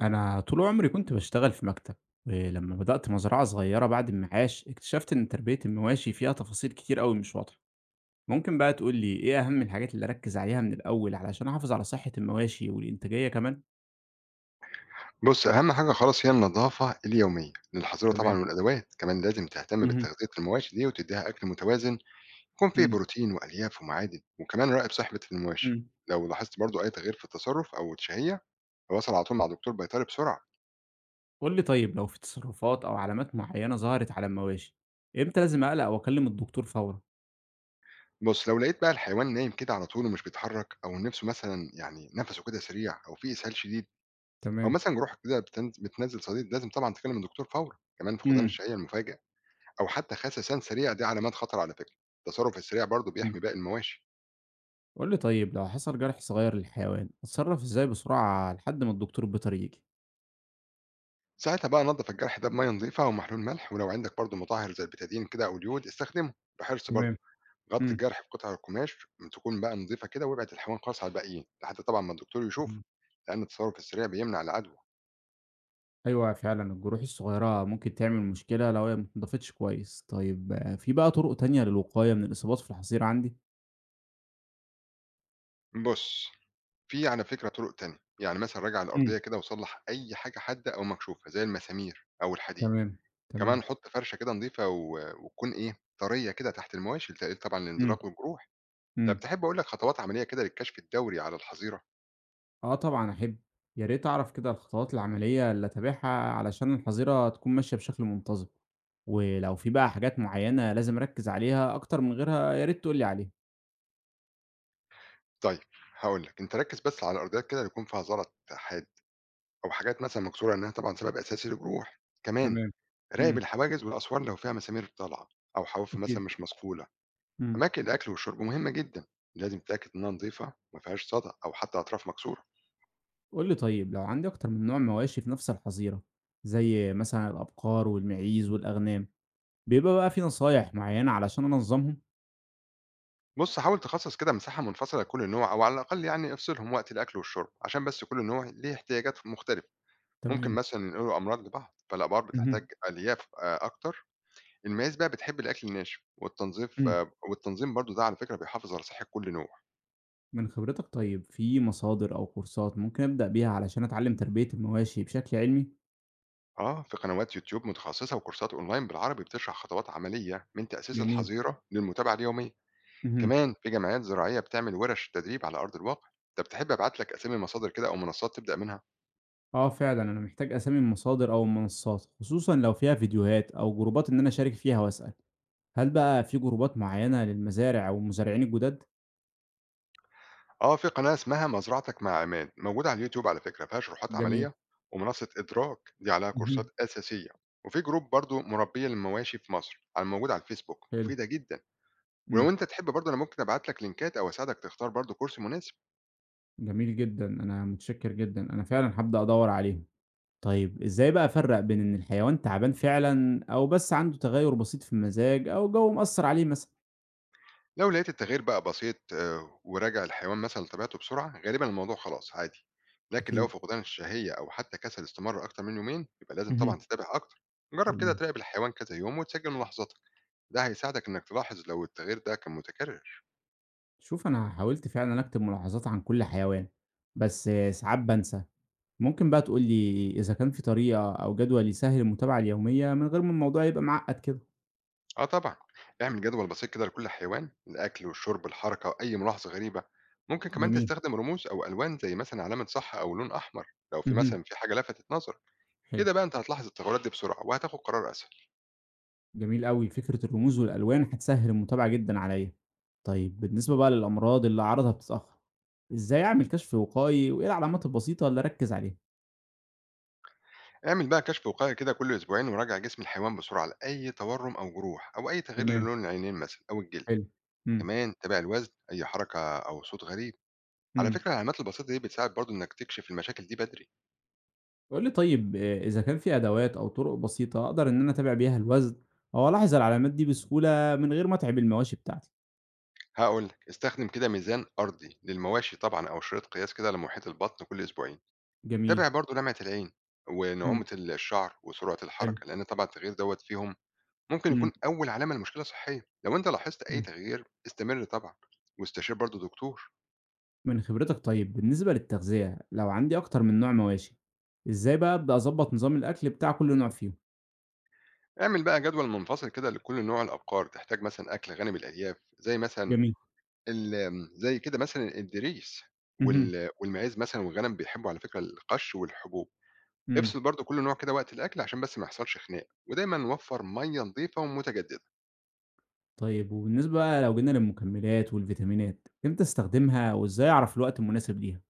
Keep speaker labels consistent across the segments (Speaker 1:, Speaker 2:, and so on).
Speaker 1: أنا طول عمري كنت باشتغل في مكتب، ولما بدأت مزرعة صغيرة بعد المعاش اكتشفت إن تربية المواشي فيها تفاصيل كتير أوي مش واضحة، ممكن بقى تقول لي إيه أهم الحاجات اللي أركز عليها من الأول علشان أحافظ على صحة المواشي والإنتاجية كمان؟
Speaker 2: بُص، أهم حاجة خلاص هي النضافة اليومية للحظيرة
Speaker 1: تمام.
Speaker 2: طبعًا والأدوات، كمان لازم تهتم
Speaker 1: اهم.
Speaker 2: بتغذية المواشي دي وتدّيها أكل متوازن يكون فيه
Speaker 1: إمم.
Speaker 2: بروتين وألياف ومعادن، وكمان راقب صحبة المواشي،
Speaker 1: إمم.
Speaker 2: لو لاحظت برضه أي تغيير في التصرف أو الشهية تواصل على طول مع دكتور بيطري بسرعة.
Speaker 1: قُل لي طيب لو في تصرفات أو علامات معينة ظهرت على المواشي، إمتى لازم أقلق وأكلم الدكتور فورًا؟
Speaker 2: بُص، لو لقيت بقى الحيوان نايم كده على طول ومش بيتحرك أو نِفسه مثلًا يعني نَفَسه كده سريع أو فيه إسهال شديد أو
Speaker 1: تمام.
Speaker 2: مثلًا جروحك كده بتنزّل صديد لازم طبعًا تكلم الدكتور فورًا، كمان فقدان
Speaker 1: إمم.
Speaker 2: الشهية المفاجئ أو حتى خسسان سريع دي علامات خطر على فكرة، التصرف السريع برضه
Speaker 1: إمم.
Speaker 2: بيحمي باقي المواشي.
Speaker 1: قُل لي طيب لو حصل جرح صغير للحيوان، أتصرف إزاي بسرعة لحد ما الدكتور البيطري ييجي؟
Speaker 2: ساعتها بقى نضف الجرح ده بميه نظيفه ومحلول ملح ولو عندك برضو مطهر زي البتادين كده او اليود استخدمه بحرص برضو
Speaker 1: تمام.
Speaker 2: غطي
Speaker 1: إمم.
Speaker 2: الجرح بقطع القماش تكون بقى نظيفه كده وابعد الحيوان خالص على الباقيين لحد طبعا ما الدكتور يشوف
Speaker 1: إمم.
Speaker 2: لان التصرف السريع بيمنع العدوى.
Speaker 1: أيوه فعلًا الجروح الصغيرة ممكن تعمل مشكلة لو هي ما اتنضفتش كويس. طيب آه، في بقى طرق تانية للوقاية من الإصابات في الحصير عندي؟
Speaker 2: بص، في على فكره طرق تانية يعني مثلا راجع
Speaker 1: إمم.
Speaker 2: الارضيه كده وصلح اي حاجه حاده او مكشوفه زي المسامير او الحديد،
Speaker 1: تمام،
Speaker 2: كمان
Speaker 1: تمام.
Speaker 2: حط فرشه كده نظيفه و- وتكون ايه طريه كده تحت المواشي لتقليل طبعا
Speaker 1: إمم،
Speaker 2: الانزلاق والجروح. طب
Speaker 1: إمم.
Speaker 2: تحب اقول لك خطوات عمليه كده للكشف الدوري على الحظيره؟
Speaker 1: آه طبعًا أحب، يا ريت أعرف كده الخطوات العملية اللي أتابعها علشان الحظيرة تكون ماشية بشكل منتظم، ولو في بقى حاجات معينة لازم أركّز عليها أكتر من غيرها يا ريت تقول لي عليها.
Speaker 2: طيب، هاقول لك، أنت ركّز بس على الأرضيات كده اللي يكون فيها زلط حاد أو حاجات مثلًا مكسورة لأنها طبعًا سبب أساسي للجروح، كمان
Speaker 1: تمام.
Speaker 2: راقب
Speaker 1: إمم.
Speaker 2: الحواجز والأسوار لو فيها مسامير طالعة أو حواف
Speaker 1: أكيد.
Speaker 2: مثلًا مش مصقولة،
Speaker 1: إمم.
Speaker 2: أماكن الأكل والشرب مهمة جدًا، لازم تتأكد إنها نضيفة وما فيهاش صدى أو حتى أطراف مكسورة،
Speaker 1: قُل لي طيب لو عندي أكتر من نوع مواشي في نفس الحظيرة، زي مثلًا الأبقار والمعيز والأغنام، بيبقى بقى في نصايح معيّنة علشان أنظّمهم؟
Speaker 2: بُص حاول تخصص كده مساحة منفصلة لكل نوع أو على الأقل يعني افصلهم وقت الأكل والشرب، عشان بس كل نوع ليه احتياجات مختلفة، ممكن
Speaker 1: تمام.
Speaker 2: مثلًا ينقلوا أمراض لبعض، فالأمراض
Speaker 1: اهم.
Speaker 2: بتحتاج ألياف أكتر. الماس بقى بتحب الأكل الناشف، والتنظيف
Speaker 1: إمم.
Speaker 2: آه، والتنظيم برضه ده على فكرة بيحافظ على صحة كل نوع.
Speaker 1: من خبرتك طيب في مصادر أو كورسات ممكن أبدأ بيها علشان أتعلّم تربية المواشي بشكل علمي؟
Speaker 2: آه، في قنوات يوتيوب متخصصة وكورسات أونلاين بالعربي بتشرح خطوات عملية من تأسيس
Speaker 1: جميل.
Speaker 2: الحظيرة للمتابعة اليومية.
Speaker 1: اهم.
Speaker 2: كمان في جمعيات زراعية بتعمل ورش تدريب على أرض الواقع. أنت بتحب أبعت لك أسامي مصادر كده أو منصات تبدأ منها؟
Speaker 1: آه فعلًا أنا محتاج أسامي المصادر أو المنصات، خصوصًا لو فيها فيديوهات أو جروبات إن أنا أشارك فيها وأسأل، هل بقى في جروبات معيّنة للمزارع أو المزارعين الجداد؟
Speaker 2: آه، في قناة اسمها مزرعتك مع عماد موجودة على اليوتيوب على فكرة فيها شروحات
Speaker 1: جميل.
Speaker 2: عملية، ومنصة إدراك دي عليها كورسات
Speaker 1: اهم.
Speaker 2: أساسية. وفي جروب برضه مربية للمواشي في مصر على موجود على الفيسبوك
Speaker 1: حلو.
Speaker 2: مفيدة جدا. ولو
Speaker 1: إمم.
Speaker 2: أنت تحب برضه أنا ممكن أبعت لك لينكات أو أساعدك تختار برضه كورس مناسب.
Speaker 1: جميل جدًا، أنا متشكر جدًا، أنا فعلًا هابدأ أدوّر عليهم. طيب إزاي بقى أفرّق بين إن الحيوان تعبان فعلًا أو بس عنده تغيُّر بسيط في المزاج أو الجو مأثّر عليه مثلًا؟
Speaker 2: لو لقيت التغيير بقى بسيط آه، وراجع الحيوان مثلا لطبيعته بسرعة غالبا الموضوع خلاص عادي، لكن لو
Speaker 1: أكيد.
Speaker 2: فقدان الشهية أو حتى كسل استمر أكتر من يومين يبقى لازم طبعا
Speaker 1: اهم.
Speaker 2: تتابع أكتر، جرب كده
Speaker 1: تمام.
Speaker 2: تراقب الحيوان كذا يوم وتسجل ملاحظاتك، ده هيساعدك إنك تلاحظ لو التغيير ده كان متكرر.
Speaker 1: شوف أنا حاولت فعلًا أكتب ملاحظات عن كل حيوان، بس ساعات بانسى. ممكن بقى تقول لي إذا كان في طريقة أو جدول يسهّل المتابعة اليومية من غير ما الموضوع يبقى معقّد كده؟
Speaker 2: أه طبعا، اعمل جدول بسيط كده لكل حيوان، الأكل والشرب الحركة وأي ملاحظة غريبة، ممكن كمان
Speaker 1: جميل.
Speaker 2: تستخدم رموز أو ألوان زي مثلا علامة صح أو لون أحمر لو في
Speaker 1: اهم.
Speaker 2: مثلا في حاجة لفتت نظر.
Speaker 1: حلو.
Speaker 2: كده بقى انت هتلاحظ التغيرات دي بسرعه وهتاخد قرار اسهل.
Speaker 1: جميل أوي، فكرة الرموز والألوان هتسهّل المتابعة جدًا عليّا. طيب بالنسبة بقى للأمراض اللي أعراضها بتتأخر، إزاي أعمل كشف وقائي وإيه العلامات البسيطة اللي أركّز عليها؟
Speaker 2: اعمل بقى كشف وقائي كده كل اسبوعين وراجع جسم الحيوان بسرعه لاي تورم او جروح او اي تغيير
Speaker 1: تمام،
Speaker 2: للون العينين مثلا او الجلد،
Speaker 1: حلو. إمم،
Speaker 2: كمان تابع الوزن اي حركه او صوت غريب. على
Speaker 1: إمم.
Speaker 2: فكره العلامات البسيطه دي بتساعد برضو انك تكشف المشاكل دي بدري.
Speaker 1: قُل لي طيب إذا كان في أدوات أو طُرق بسيطة أقدر إن أنا أتابع بيها الوزن أو ألاحظ العلامات دي بسهولة من غير ما أتعب المواشي بتاعتي؟
Speaker 2: هقول لك، استخدم كده ميزان ارضي للمواشي طبعا او شريط قياس كده لمحيط البطن كل اسبوعين،
Speaker 1: جميل.
Speaker 2: تابع برضو لمعه العين
Speaker 1: إمم.
Speaker 2: ونعومه الشعر وسرعه
Speaker 1: حلو.
Speaker 2: الحركه لان طبعا التغيير دوت فيهم ممكن
Speaker 1: إمم.
Speaker 2: يكون أول علامة لمشكلة صحية. لو أنت لاحظت أي
Speaker 1: إمم.
Speaker 2: تغيير استمر طبعا واستشير برضو دكتور.
Speaker 1: من خبرتك طيب بالنسبة للتغذية، لو عندي أكتر من نوع مواشي، إزاي بقى أبدأ أضبّط نظام الأكل بتاع كل نوع فيهم؟
Speaker 2: اعمل بقى جدول منفصل كده لكل نوع، الأبقار تحتاج مثلا أكل غني بالألياف زي مثلا
Speaker 1: جميل.
Speaker 2: ال- آمم، زي كده مثلا الدريس،
Speaker 1: اهم.
Speaker 2: وال- والمعيز مثلا والغنم بيحبوا على فكرة القش والحبوب.
Speaker 1: إمم.
Speaker 2: افصل برضو كل نوع كده وقت الأكل عشان بس ما يحصلش خناق ودايما نوفر مية نظيفة ومتجددة.
Speaker 1: طيب وبالنسبة بقى لو جينا للمكملات والفيتامينات، إمتى استخدمها وإزاي أعرف الوقت المناسب ليها؟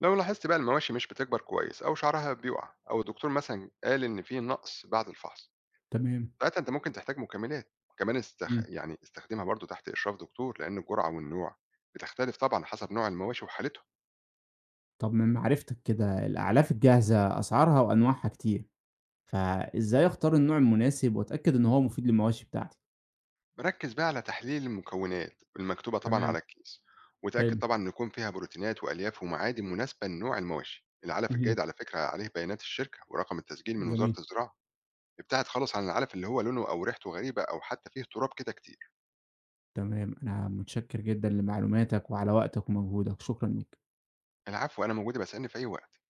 Speaker 2: لو لاحظت بقى المواشي مش بتكبر كويس أو شعرها بيقع أو الدكتور مثلا قال إن في نقص بعد الفحص
Speaker 1: تمام.
Speaker 2: ساعتها أنت ممكن تحتاج مكملات، وكمان
Speaker 1: إمم.
Speaker 2: يعني استخدمها برضه تحت إشراف دكتور، لأن الجرعة والنوع بتختلف طبعًا حسب نوع المواشي وحالتهم.
Speaker 1: طب من معرفتك كده الأعلاف الجاهزة أسعارها وأنواعها كتير، فإزاي أختار النوع المناسب وأتأكد إن هو مفيد للمواشي بتاعتي؟
Speaker 2: ركّز بقى على تحليل المكونات المكتوبة طبعًا
Speaker 1: تمام،
Speaker 2: على الكيس، وتأكد
Speaker 1: حلو.
Speaker 2: طبعًا إن يكون فيها بروتينات وألياف ومعادن مناسبة لنوع المواشي. العلف الجيد
Speaker 1: اهم.
Speaker 2: على فكرة عليه بيانات الشركة ورقم التسجيل من وزارة
Speaker 1: جميل.
Speaker 2: الزراعة. ابتعد خالص عن العلف اللي هو لونه أو ريحته غريبة أو حتى فيه تراب كده كتير.
Speaker 1: تمام، أنا متشكر جدًا لمعلوماتك وعلى وقتك ومجهودك، شكرًا ليك.
Speaker 2: العفو، أنا موجودة باسألني في أي وقت.